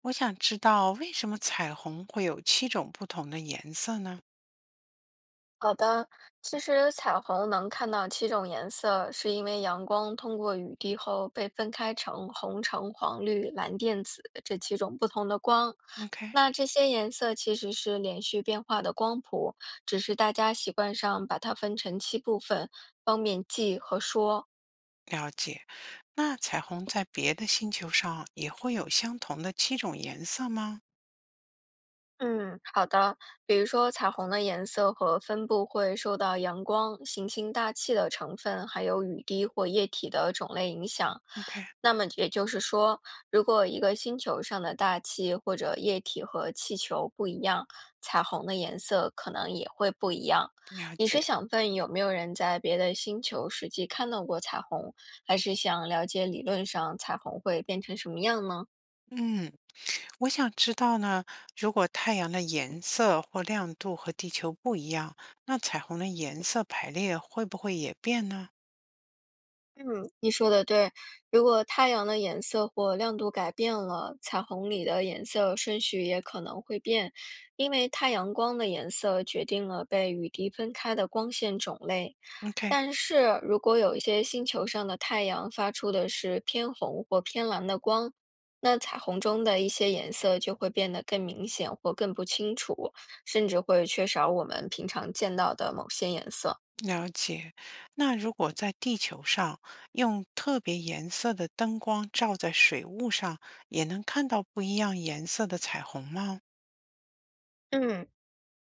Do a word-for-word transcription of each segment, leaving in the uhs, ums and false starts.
我想知道为什么彩虹会有七种不同的颜色呢好的，其实彩虹能看到七种颜色，是因为阳光通过雨滴后被分开成红、橙、黄、绿、蓝、靛、紫这七种不同的光。？OK，那这些颜色其实是连续变化的光谱，只是大家习惯上把它分成七部分，方便记和说。了解。那彩虹在别的星球上也会有相同的七种颜色吗嗯，好的。比如说，彩虹的颜色和分布会受到阳光、行星大气的成分，还有雨滴或液体的种类影响。？OK，那么也就是说，如果一个星球上的大气或者液体和气球不一样，彩虹的颜色可能也会不一样。了你是解。想问有没有人在别的星球实际看到过彩虹，还是想了解理论上彩虹会变成什么样呢？嗯，我想知道呢，如果太阳的颜色或亮度和地球不一样，那彩虹的颜色排列会不会也变呢嗯，你说的对。如果太阳的颜色或亮度改变了，彩虹里的颜色顺序也可能会变，因为太阳光的颜色决定了被雨滴分开的光线种类。？OK，但是如果有一些星球上的太阳发出的是偏红或偏蓝的光，那彩虹中的一些颜色就会变得更明显或更不清楚，甚至会缺少我们平常见到的某些颜色。了解。那如果在地球上用特别颜色的灯光照在水雾上，也能看到不一样颜色的彩虹吗？嗯。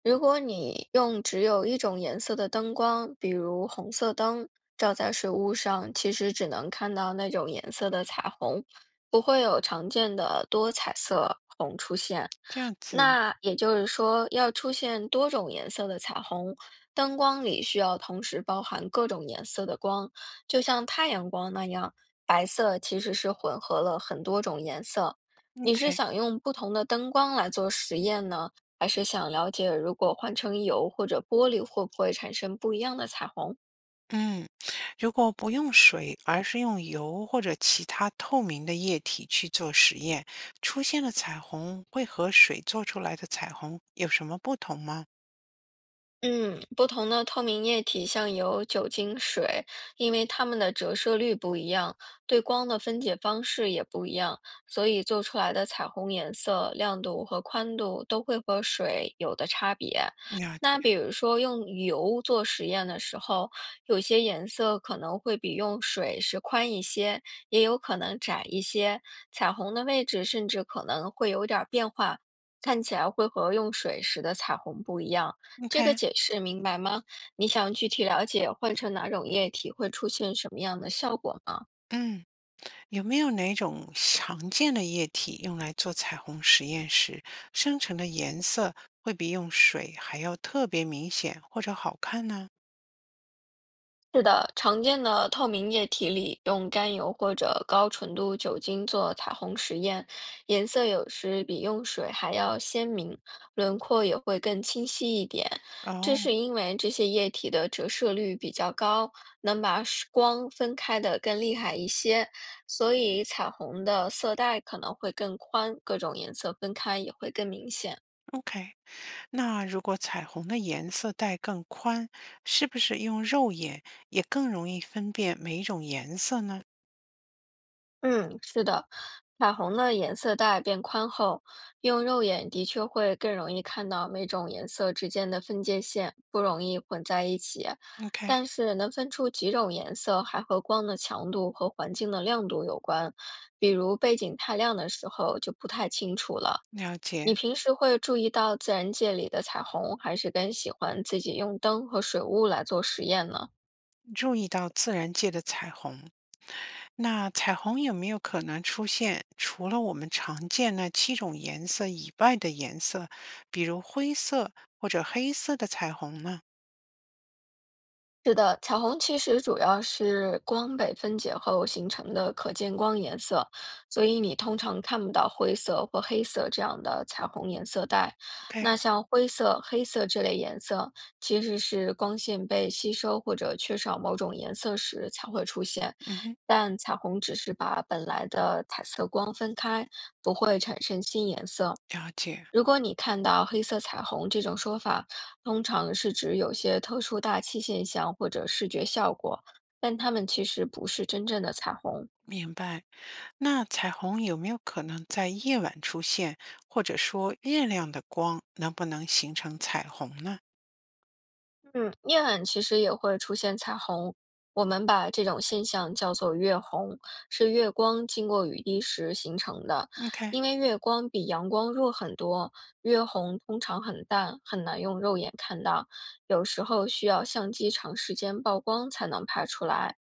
如果你用只有一种颜色的灯光，比如红色灯，照在水雾上，其实只能看到那种颜色的彩虹，不会有常见的多彩色虹出现。这样子那也就是说，要出现多种颜色的彩虹，灯光里需要同时包含各种颜色的光，就像太阳光那样，白色其实是混合了很多种颜色。你是，OK，想用不同的灯光来做实验呢，还是想了解如果换成油或者玻璃会不会产生不一样的彩虹？嗯，如果不用水，而是用油或者其他透明的液体去做实验，出现的彩虹会和水做出来的彩虹有什么不同吗？嗯，不同的透明液体像油、酒精、水，因为它们的折射率不一样，对光的分解方式也不一样，所以做出来的彩虹颜色、亮度和宽度都会和水有的差别。了解那比如说用油做实验的时候，有些颜色可能会比用水是宽一些，也有可能窄一些，彩虹的位置甚至可能会有点儿变化，看起来会和用水时的彩虹不一样。这个，OK，解释明白吗？你想具体了解换成哪种液体会出现什么样的效果吗？嗯。有没有哪种常见的液体用来做彩虹实验时，生成的颜色会比用水还要特别明显或者好看呢？是的，常见的透明液体里用甘油或者高纯度酒精做彩虹实验，颜色有时比用水还要鲜明，轮廓也会更清晰一点。这哦是因为这些液体的折射率比较高，能把是光分开的更厉害一些，所以彩虹的色带可能会更宽，各种颜色分开也会更明显。，OK，那如果彩虹的颜色带更宽，是不是用肉眼也更容易分辨每一种颜色呢嗯，是的，彩虹的颜色带变宽后，用肉眼的确会更容易看到每种颜色之间的分界线，不容易混在一起。？OK，但是能分出几种颜色，还和光的强度和环境的亮度有关。比如背景太亮的时候就不太清楚了。了解，你平时会注意到自然界里的彩虹，还是更喜欢自己用灯和水雾来做实验呢？注意到自然界的彩虹。那彩虹有没有可能出现除了我们常见那七种颜色以外的颜色，比如灰色或者黑色的彩虹呢是的，彩虹其实主要是光被分解后形成的可见光颜色，所以你通常看不到灰色或黑色这样的彩虹颜色带。？OK，那像灰色、黑色这类颜色，其实是光线被吸收或者缺少某种颜色时才会出现。嗯哼，但彩虹只是把本来的彩色光分开，不会产生新颜色。了解，如果你看到黑色彩虹这种说法，通常是指有些特殊大气现象或者视觉效果，但它们其实不是真正的彩虹。明白。那彩虹有没有可能在夜晚出现，或者说月亮的光能不能形成彩虹呢嗯，夜晚其实也会出现彩虹，我们把这种现象叫做月虹，是月光经过雨滴时形成的。？OK，因为月光比阳光弱很多，月虹通常很淡，很难用肉眼看到，有时候需要相机长时间曝光才能拍出来。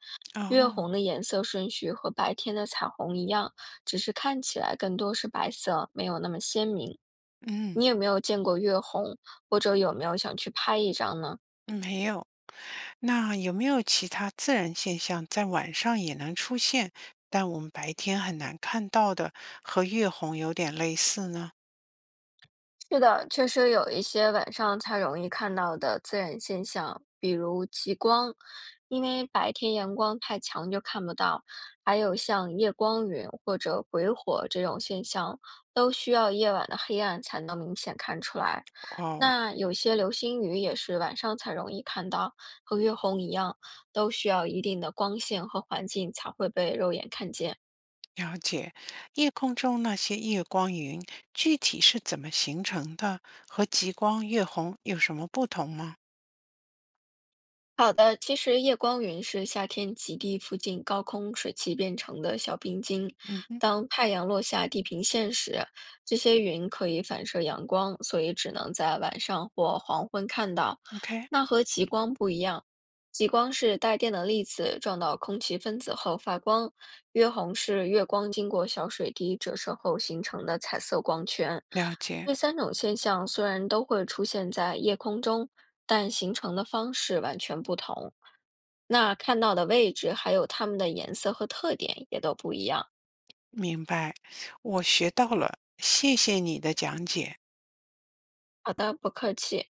月红哦，的颜色顺序和白天的彩虹一样，只是看起来更多是白色，没有那么鲜明。嗯，你有没有见过月红，或者有没有想去拍一张呢？没有。那有没有其他自然现象在晚上也能出现，但我们白天很难看到的，和月红有点类似呢？是的，确实有一些晚上才容易看到的自然现象，比如极光，因为白天阳光太强就看不到；还有像夜光云或者鬼火这种现象，都需要夜晚的黑暗才能明显看出来。哦，那有些流星雨也是晚上才容易看到，和月红一样，都需要一定的光线和环境才会被肉眼看见。了解。夜空中那些夜光云具体是怎么形成的？和极光、月红有什么不同吗？好的，其实夜光云是夏天极地附近高空水汽变成的小冰晶。嗯哼当太阳落下地平线时，这些云可以反射阳光，所以只能在晚上或黄昏看到。，OK，那和极光不一样，极光是带电的粒子撞到空气分子后发光，月红是月光经过小水滴折射后形成的彩色光圈。了解，这三种现象虽然都会出现在夜空中，但形成的方式完全不同。那看到的位置还有它们的颜色和特点也都不一样。明白，我学到了，谢谢你的讲解。好的，不客气。